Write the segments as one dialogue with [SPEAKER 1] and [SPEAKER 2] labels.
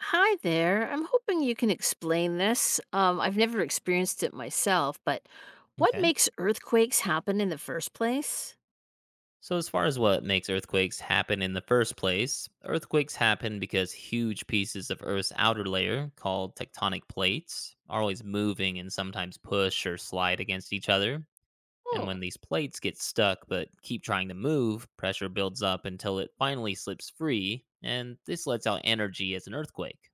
[SPEAKER 1] Hi there. I'm hoping you can explain this. I've never experienced it myself, but what
[SPEAKER 2] Okay.
[SPEAKER 1] makes earthquakes happen in the first place?
[SPEAKER 2] So, as far as what makes earthquakes happen in the first place, earthquakes happen because huge pieces of Earth's outer layer, called tectonic plates, are always moving and sometimes push or slide against each other. And
[SPEAKER 1] Oh,
[SPEAKER 2] when these plates get stuck but keep trying to move, pressure builds up until it finally slips free, and this lets out energy as an earthquake.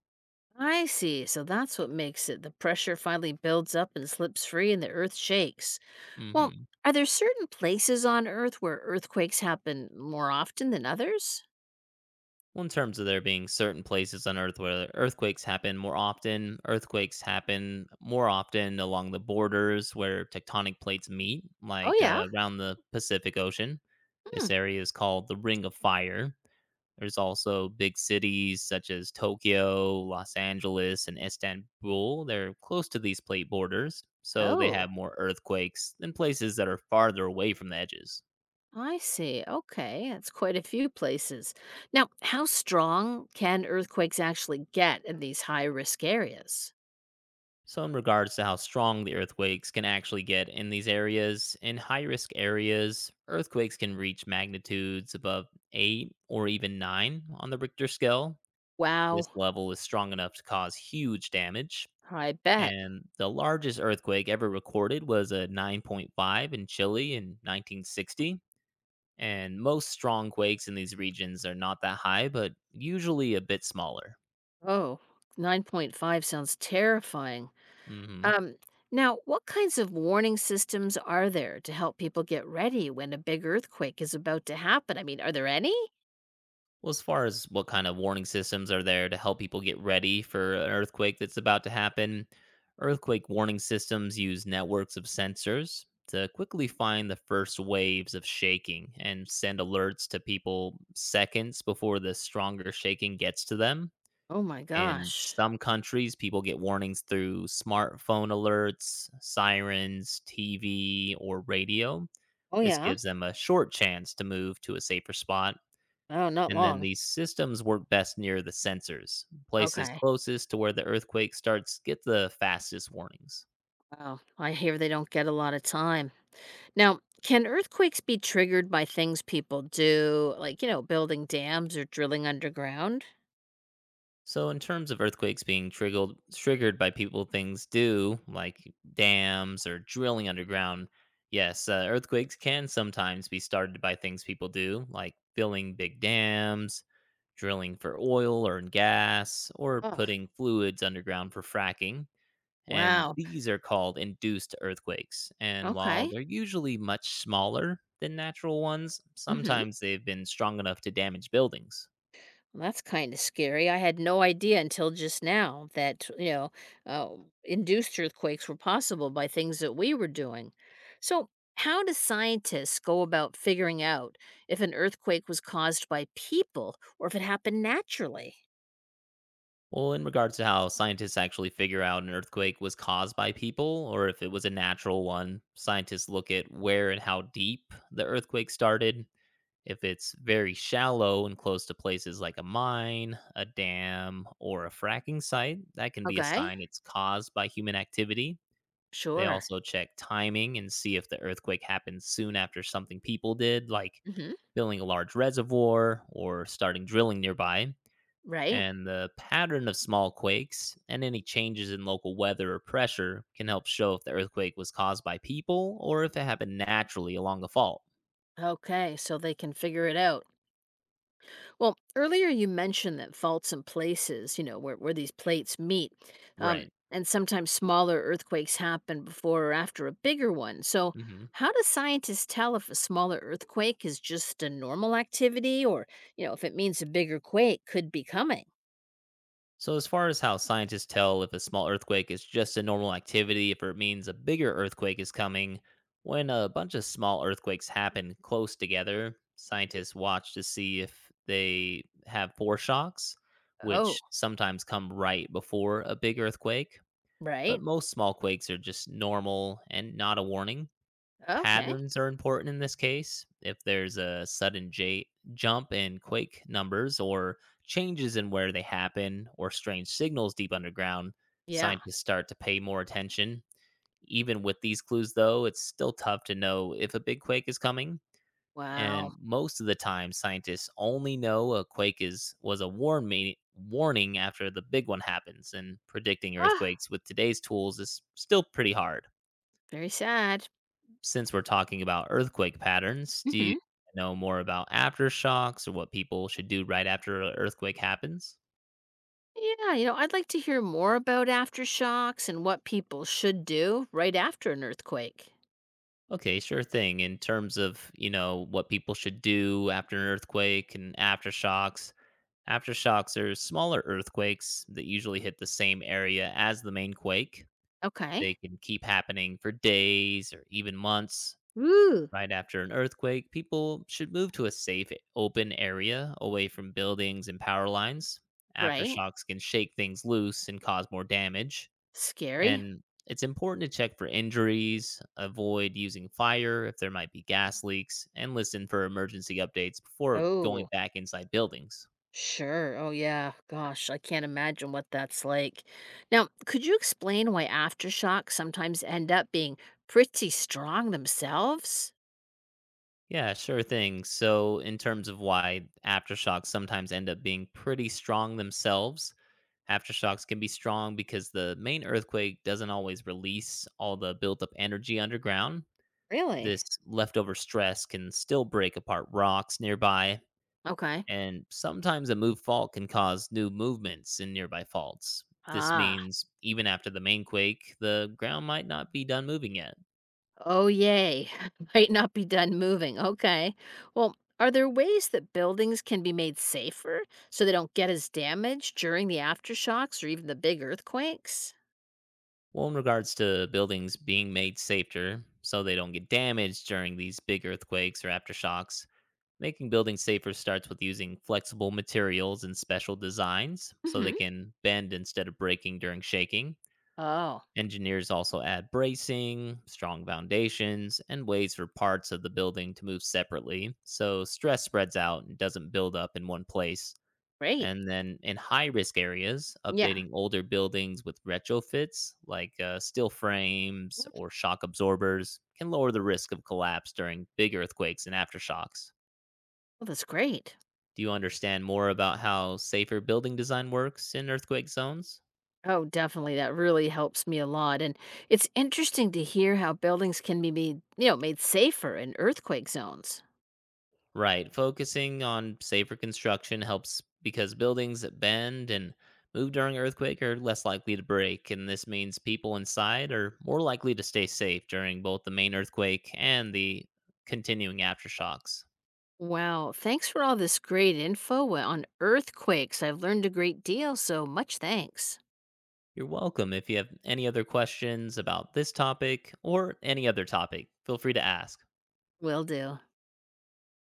[SPEAKER 1] I see. So that's what makes it. The pressure finally builds up and slips free, and the earth shakes. Well,
[SPEAKER 2] Mm-hmm.
[SPEAKER 1] are there certain places on earth where earthquakes happen more often than others?
[SPEAKER 2] Well, in terms of there being certain places on Earth where earthquakes happen more often, earthquakes happen more often along the borders where tectonic plates meet,
[SPEAKER 1] Oh,
[SPEAKER 2] like
[SPEAKER 1] yeah.
[SPEAKER 2] around the Pacific Ocean.
[SPEAKER 1] Hmm.
[SPEAKER 2] This area is called the Ring of Fire. There's also big cities such as Tokyo, Los Angeles, and Istanbul. They're close to these plate borders, so they
[SPEAKER 1] Oh,
[SPEAKER 2] have more earthquakes than places that are farther away from the edges.
[SPEAKER 1] I see. Okay. That's quite a few places. Now, how strong can earthquakes actually get in these high risk areas?
[SPEAKER 2] So, in regards to how strong the earthquakes can actually get in these areas, in high risk areas, earthquakes can reach magnitudes above 8 or even 9 on the Richter scale.
[SPEAKER 1] Wow.
[SPEAKER 2] This level is strong enough to cause huge damage.
[SPEAKER 1] I bet.
[SPEAKER 2] And the largest earthquake ever recorded was a 9.5 in Chile in 1960. And most strong quakes in these regions are not that high, but usually a bit smaller.
[SPEAKER 1] Oh, 9.5 sounds terrifying.
[SPEAKER 2] Mhm.
[SPEAKER 1] Um, Now, what kinds of warning systems are there to help people get ready when a big earthquake is about to happen? I mean, are there any?
[SPEAKER 2] Well, as far as what kind of warning systems are there to help people get ready for an earthquake that's about to happen, earthquake warning systems use networks of sensors to quickly find the first waves of shaking and send alerts to people seconds before the stronger shaking gets to them.
[SPEAKER 1] Oh my
[SPEAKER 2] In
[SPEAKER 1] gosh.
[SPEAKER 2] some countries, people get warnings through smartphone alerts, sirens, TV, or radio.
[SPEAKER 1] Oh,
[SPEAKER 2] This
[SPEAKER 1] yeah.
[SPEAKER 2] gives them a short chance to move to a safer spot,
[SPEAKER 1] Oh, not
[SPEAKER 2] and then
[SPEAKER 1] long.
[SPEAKER 2] these systems work best near the sensors. Places
[SPEAKER 1] Okay.
[SPEAKER 2] closest to where the earthquake starts get the fastest warnings.
[SPEAKER 1] Wow. I hear they don't get a lot of time. Now, can earthquakes be triggered by things people do, like, building dams or drilling underground?
[SPEAKER 2] So, in terms of earthquakes being triggered by people things do, like dams or drilling underground, yes, earthquakes can sometimes be started by things people do, like filling big dams, drilling for oil or gas, or
[SPEAKER 1] Oh,
[SPEAKER 2] putting fluids underground for fracking. And
[SPEAKER 1] wow.
[SPEAKER 2] these are called induced earthquakes. And while
[SPEAKER 1] Okay.
[SPEAKER 2] they're usually much smaller than natural ones,
[SPEAKER 1] Hmm.
[SPEAKER 2] sometimes they've been strong enough to damage buildings.
[SPEAKER 1] Well, that's kind of scary. I had no idea until just now that, uh, induced earthquakes were possible by things that we were doing. So, how do scientists go about figuring out if an earthquake was caused by people or if it happened naturally?
[SPEAKER 2] Well, in regards to how scientists actually figure out an earthquake was caused by people or if it was a natural one, scientists look at where and how deep the earthquake started. If it's very shallow and close to places like a mine, a dam, or a fracking site, that can be a
[SPEAKER 1] Okay.
[SPEAKER 2] sign it's caused by human activity. They
[SPEAKER 1] Sure.
[SPEAKER 2] also check timing and see if the earthquake happened soon after something people did, like
[SPEAKER 1] Hmm.
[SPEAKER 2] filling a large reservoir or starting drilling nearby.
[SPEAKER 1] Right.
[SPEAKER 2] And the pattern of small quakes and any changes in local weather or pressure can help show if the earthquake was caused by people or if it happened naturally along the fault.
[SPEAKER 1] Okay. So they can figure it out. Well, earlier you mentioned that faults and places, where these plates meet, um,
[SPEAKER 2] Right.
[SPEAKER 1] and sometimes smaller earthquakes happen before or after a bigger one. So,
[SPEAKER 2] Mhm.
[SPEAKER 1] how do scientists tell if a smaller earthquake is just a normal activity, or, if it means a bigger quake could be coming?
[SPEAKER 2] So, as far as how scientists tell if a small earthquake is just a normal activity, if it means a bigger earthquake is coming, when a bunch of small earthquakes happen close together, scientists watch to see if they have foreshocks,
[SPEAKER 1] Oh,
[SPEAKER 2] which sometimes come right before a big earthquake. But
[SPEAKER 1] right.
[SPEAKER 2] most small quakes are just normal and not a warning.
[SPEAKER 1] Okay.
[SPEAKER 2] Patterns are important in this case. If there's a sudden jump in quake numbers or changes in where they happen or strange signals deep underground,
[SPEAKER 1] Yeah.
[SPEAKER 2] scientists start to pay more attention. Even with these clues, though, it's still tough to know if a big quake is coming. And
[SPEAKER 1] Wow.
[SPEAKER 2] most of the time, scientists only know a quake is was a warning after the big one happens. And predicting
[SPEAKER 1] Ah,
[SPEAKER 2] earthquakes with today's tools is still pretty hard.
[SPEAKER 1] very sad.
[SPEAKER 2] Since we're talking about earthquake patterns, do you
[SPEAKER 1] Hmm.
[SPEAKER 2] know more about aftershocks or what people should do right after an earthquake happens?
[SPEAKER 1] Yeah, you know, I'd like to hear more about aftershocks and what people should do right after an earthquake.
[SPEAKER 2] Okay, sure thing. In terms of, you know, what people should do after an earthquake and aftershocks, aftershocks are smaller earthquakes that usually hit the same area as the main quake.
[SPEAKER 1] Okay.
[SPEAKER 2] They can keep happening for days or even months.
[SPEAKER 1] Ooh.
[SPEAKER 2] Right after an earthquake, people should move to a safe, open area away from buildings and power lines.
[SPEAKER 1] Right?
[SPEAKER 2] Aftershocks can shake things loose and cause more damage.
[SPEAKER 1] Scary.
[SPEAKER 2] And it's important to check for injuries, avoid using fire if there might be gas leaks, and listen for emergency updates before going
[SPEAKER 1] Oh,
[SPEAKER 2] back inside buildings.
[SPEAKER 1] sure. Oh, yeah. Gosh, I can't imagine what that's like. Now, could you explain why aftershocks sometimes end up being pretty strong themselves?
[SPEAKER 2] Yeah, sure thing. So, in terms of why aftershocks sometimes end up being pretty strong themselves, aftershocks can be strong because the main earthquake doesn't always release all the built up energy underground.
[SPEAKER 1] Really?
[SPEAKER 2] This leftover stress can still break apart rocks nearby,
[SPEAKER 1] Okay.
[SPEAKER 2] and sometimes a moved fault can cause new movements in nearby faults. This
[SPEAKER 1] Ah,
[SPEAKER 2] means even after the main quake, the ground might not be done moving yet.
[SPEAKER 1] oh, yay. Might not be done moving. Okay. Well, are there ways that buildings can be made safer so they don't get as damaged during the aftershocks or even the big earthquakes?
[SPEAKER 2] Well, in regards to buildings being made safer so they don't get damaged during these big earthquakes or aftershocks, making buildings safer starts with using flexible materials and special designs
[SPEAKER 1] Mm
[SPEAKER 2] so they
[SPEAKER 1] hmm.
[SPEAKER 2] can bend instead of breaking during shaking.
[SPEAKER 1] Oh,
[SPEAKER 2] Engineers also add bracing, strong foundations, and ways for parts of the building to move separately so stress spreads out and doesn't build up in one place.
[SPEAKER 1] great.
[SPEAKER 2] And then in high risk areas,
[SPEAKER 1] Yeah.
[SPEAKER 2] updating older buildings with retrofits like steel frames or shock absorbers can lower the risk of collapse during big earthquakes and aftershocks.
[SPEAKER 1] Well, that's great.
[SPEAKER 2] Do you understand more about how safer building design works in earthquake zones?
[SPEAKER 1] Oh, definitely. That really helps me a lot. And it's interesting to hear how buildings can be made, made safer in earthquake zones.
[SPEAKER 2] Right, focusing on safer construction helps because buildings that bend and move during earthquake are less likely to break, and this means people inside are more likely to stay safe during both the main earthquake and the continuing aftershocks.
[SPEAKER 1] Wow. Thanks for all this great info, well, on earthquakes. I've learned a great deal, so much thanks.
[SPEAKER 2] You're welcome. If you have any other questions about this topic or any other topic, feel free to ask.
[SPEAKER 1] Will do.